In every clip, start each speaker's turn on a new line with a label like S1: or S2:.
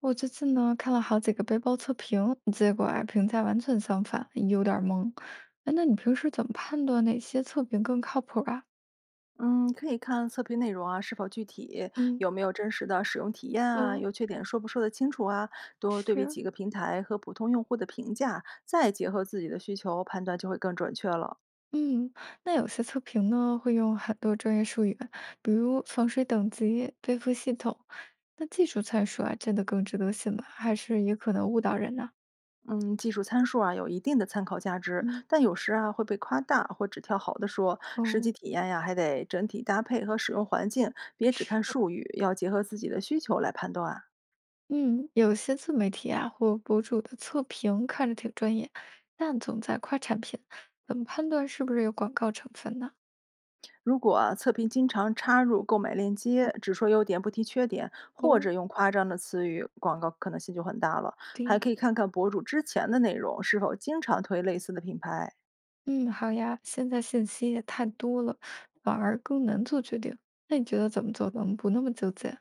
S1: 我最近呢看了好几个背包测评，结果啊评价完全相反，有点儿懵。哎，那你平时怎么判断哪些测评更靠谱啊？
S2: 嗯，可以看测评内容啊，是否具体，
S1: 嗯。
S2: 有没有真实的使用体验啊，
S1: 哦。
S2: 优缺点说不说得清楚啊，多对比
S1: 是。
S2: 几个平台和普通用户的评价，再结合自己的需求判断就会更准确了。
S1: 嗯。那有些测评呢会用很多专业术语，比如防水等级、背负系统。那技术参数啊，真的更值得信吗？还是也可能误导人呢？
S2: 嗯，技术参数啊有一定的参考价值，
S1: 嗯。
S2: 但有时啊会被夸大或只挑好的说，实
S1: 哦。
S2: 际体验呀还得整体搭配和使用环境，别只看术语，要结合自己的需求来判断。
S1: 嗯，有些自媒体啊或博主的测评看着挺专业，但总在夸产品，怎么判断是不是有广告成分呢？
S2: 如果啊测评经常插入购买链
S1: 嗯。
S2: 接，只说优点不提缺点，或
S1: 哦。
S2: 者用夸张的词语，广告可能性就很大了。还
S1: 对。
S2: 可以看看博主之前的内容是否经常推类似的品牌。
S1: 嗯，好呀，现在信息也太多了，反而更难做决定。那你觉得怎么做能不那么纠结？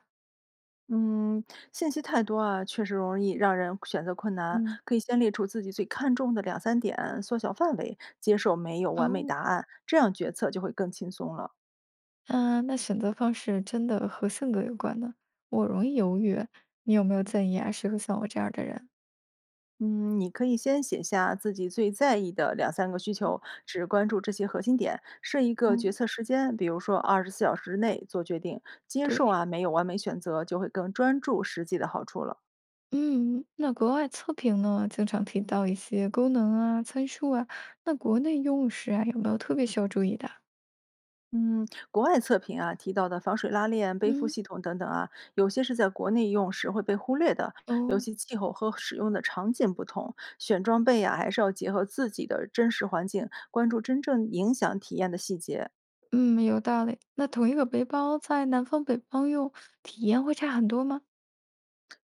S2: 嗯，信息太多啊，确实容易让人选择困难。
S1: 嗯。
S2: 可以先列出自己最看重的两三点，缩小范围，接受没有完美
S1: 哦。
S2: 答案，这样决策就会更轻松了。
S1: 嗯。那选择方式真的和性格有关呢？我容易犹豫，你有没有建议啊？适合像我这样的人？
S2: 嗯，你可以先写下自己最在意的两三个需
S1: 嗯
S2: 求，只关注这些核心点，设一个决
S1: 嗯。
S2: 策时间，比如说24小时内做决定。接受
S1: 对。
S2: 啊，没有完美选择，就会更专注实际的好处了。
S1: 嗯，那国外测评呢，经常提到一些功能啊、参数啊，那国内用时啊，有没有特别需要注意的？
S2: 嗯，国外测评啊提到的防水拉链、背负
S1: 嗯。
S2: 系统等等啊，有些是在国内用时会被忽略的，尤
S1: 哦。
S2: 其气候和使用的场景不同，选装备啊还是要结合自己的真实环境，关注真正影响体验的细节。
S1: 嗯，有道理。那同一个背包在南方北方用，体验会差很多吗？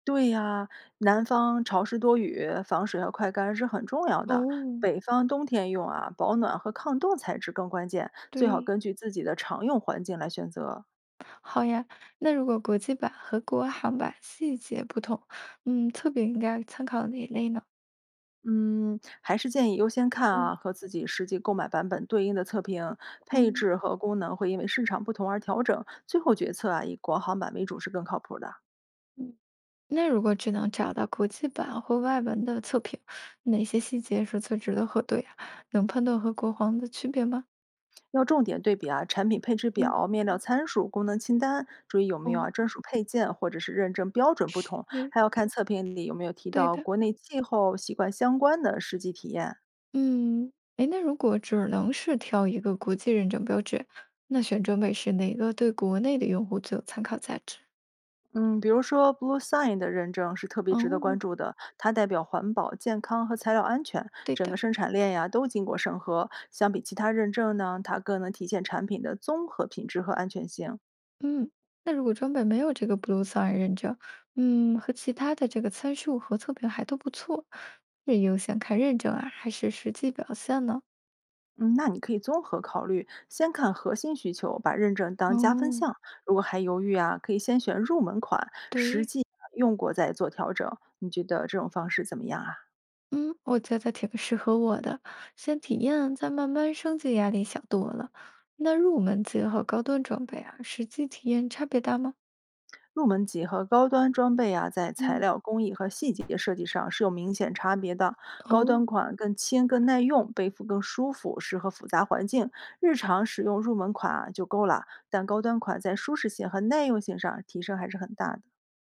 S2: 对呀，南方潮湿多雨，防水和快干是很重要的。
S1: 哦。
S2: 北方冬天用啊，保暖和抗冻材质更关键，最好
S1: 对。
S2: 根据自己的常用环境来选择。
S1: 好呀。那如果国际版和国行版细节不同，嗯，测评应该参考哪一类呢？
S2: 嗯，还是建议优先看啊，
S1: 嗯
S2: 和自己实际购买版本对应的测评，配
S1: 嗯。
S2: 置和功能会因为市场不同而调整，最后决策啊，以国行版为主是更靠谱的。
S1: 嗯。那如果只能找到国际版或外文的测评，哪些细节是最值得核对啊？能判断和国行的区别吗？
S2: 要重点对比啊，产品配置
S1: 嗯。
S2: 表、面料参数、功能清单，注意有没有
S1: 哦。
S2: 啊专属配件或者是认证标准不同，
S1: 嗯。
S2: 还要看测评里有没有提
S1: 对
S2: 到
S1: 的。
S2: 国内气候习惯相关的实际体验。
S1: 嗯。哎，那如果只能是挑一个国际认证标志，那选装备是哪个对国内的用户最有参考价值？
S2: 嗯，比如说 Blue Sign 的认证是特别值得关
S1: 哦。
S2: 注的，它代表环保、健康和材料安全，
S1: 对
S2: 整个
S1: 的。
S2: 生产链呀都经过审核。相比其他认证呢，它更能体现产品的综合品质和安全性。
S1: 嗯，那如果装备没有这个 Blue Sign 认证，嗯，和其他的这个参数和测评还都不错，是优先看认证啊，还是实际表现呢？
S2: 嗯，那你可以综合考虑，先看核心需求，把认证当加分
S1: 哦。
S2: 项。如果还犹豫啊，可以先选入门款，实
S1: 对。
S2: 际啊用过再做调整。你觉得这种方式怎么样啊？
S1: 嗯，我觉得挺适合我的，先体验，再慢慢升级，压力小多了。那入门级和高端装备啊，实际体验差别大吗？
S2: 入门级和高端装备啊，在材
S1: 嗯。
S2: 料工艺和细节设计上是有明显差别的。高端
S1: 哦。
S2: 款更轻、更耐用，背负更舒服，适合复杂环境。日常使用入门款啊就够了，但高端款在舒适性和耐用性上提升还是很大的。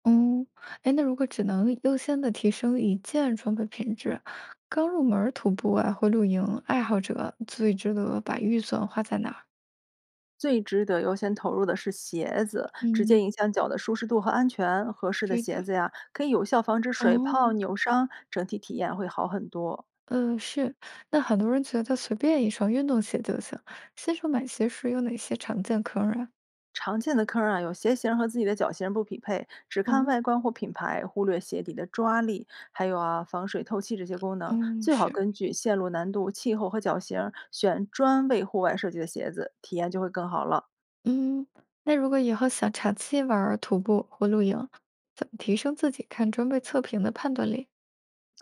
S1: 嗯。哎，那如果只能优先的提升一件装备品质，刚入门儿徒步啊或露营爱好者，最值得把预算花在哪儿？
S2: 最值得优先投入的是鞋子，直接
S1: 嗯。
S2: 影响脚的舒适度和安全。合适的
S1: 对
S2: 鞋
S1: 的。
S2: 子呀，可以有效防止水泡、
S1: 哦。
S2: 扭伤，整体体验会好很多。
S1: 是。那很多人觉得随便一双运动鞋就行，新手买鞋时有哪些常见坑儿啊？
S2: 常见的坑儿啊，有鞋型儿和自己的脚型儿不匹配，只看
S1: 哦。
S2: 外观或品牌，忽略鞋底的抓力，还有啊防水透气这些功能。
S1: 嗯。
S2: 最好
S1: 是。
S2: 根据线路难度、气候和脚型儿选专为户外设计的鞋子，体验就会更好了。
S1: 嗯。那如果以后想长期玩儿徒步或露营，怎么提升自己看装备测评的判断力？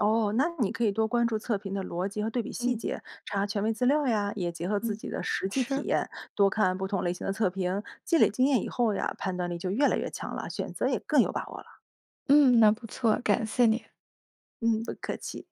S2: 哦，那你可以多关注测评的逻辑和对比细
S1: 嗯
S2: 节，查权威资料呀，也结合自
S1: 嗯。
S2: 己的实际体
S1: 是。
S2: 验，多看不同类型的测评，积累经验以后呀，判断力就越来越强了，选择也更有把握了。
S1: 嗯，那不错，感谢你。
S2: 嗯，不客气。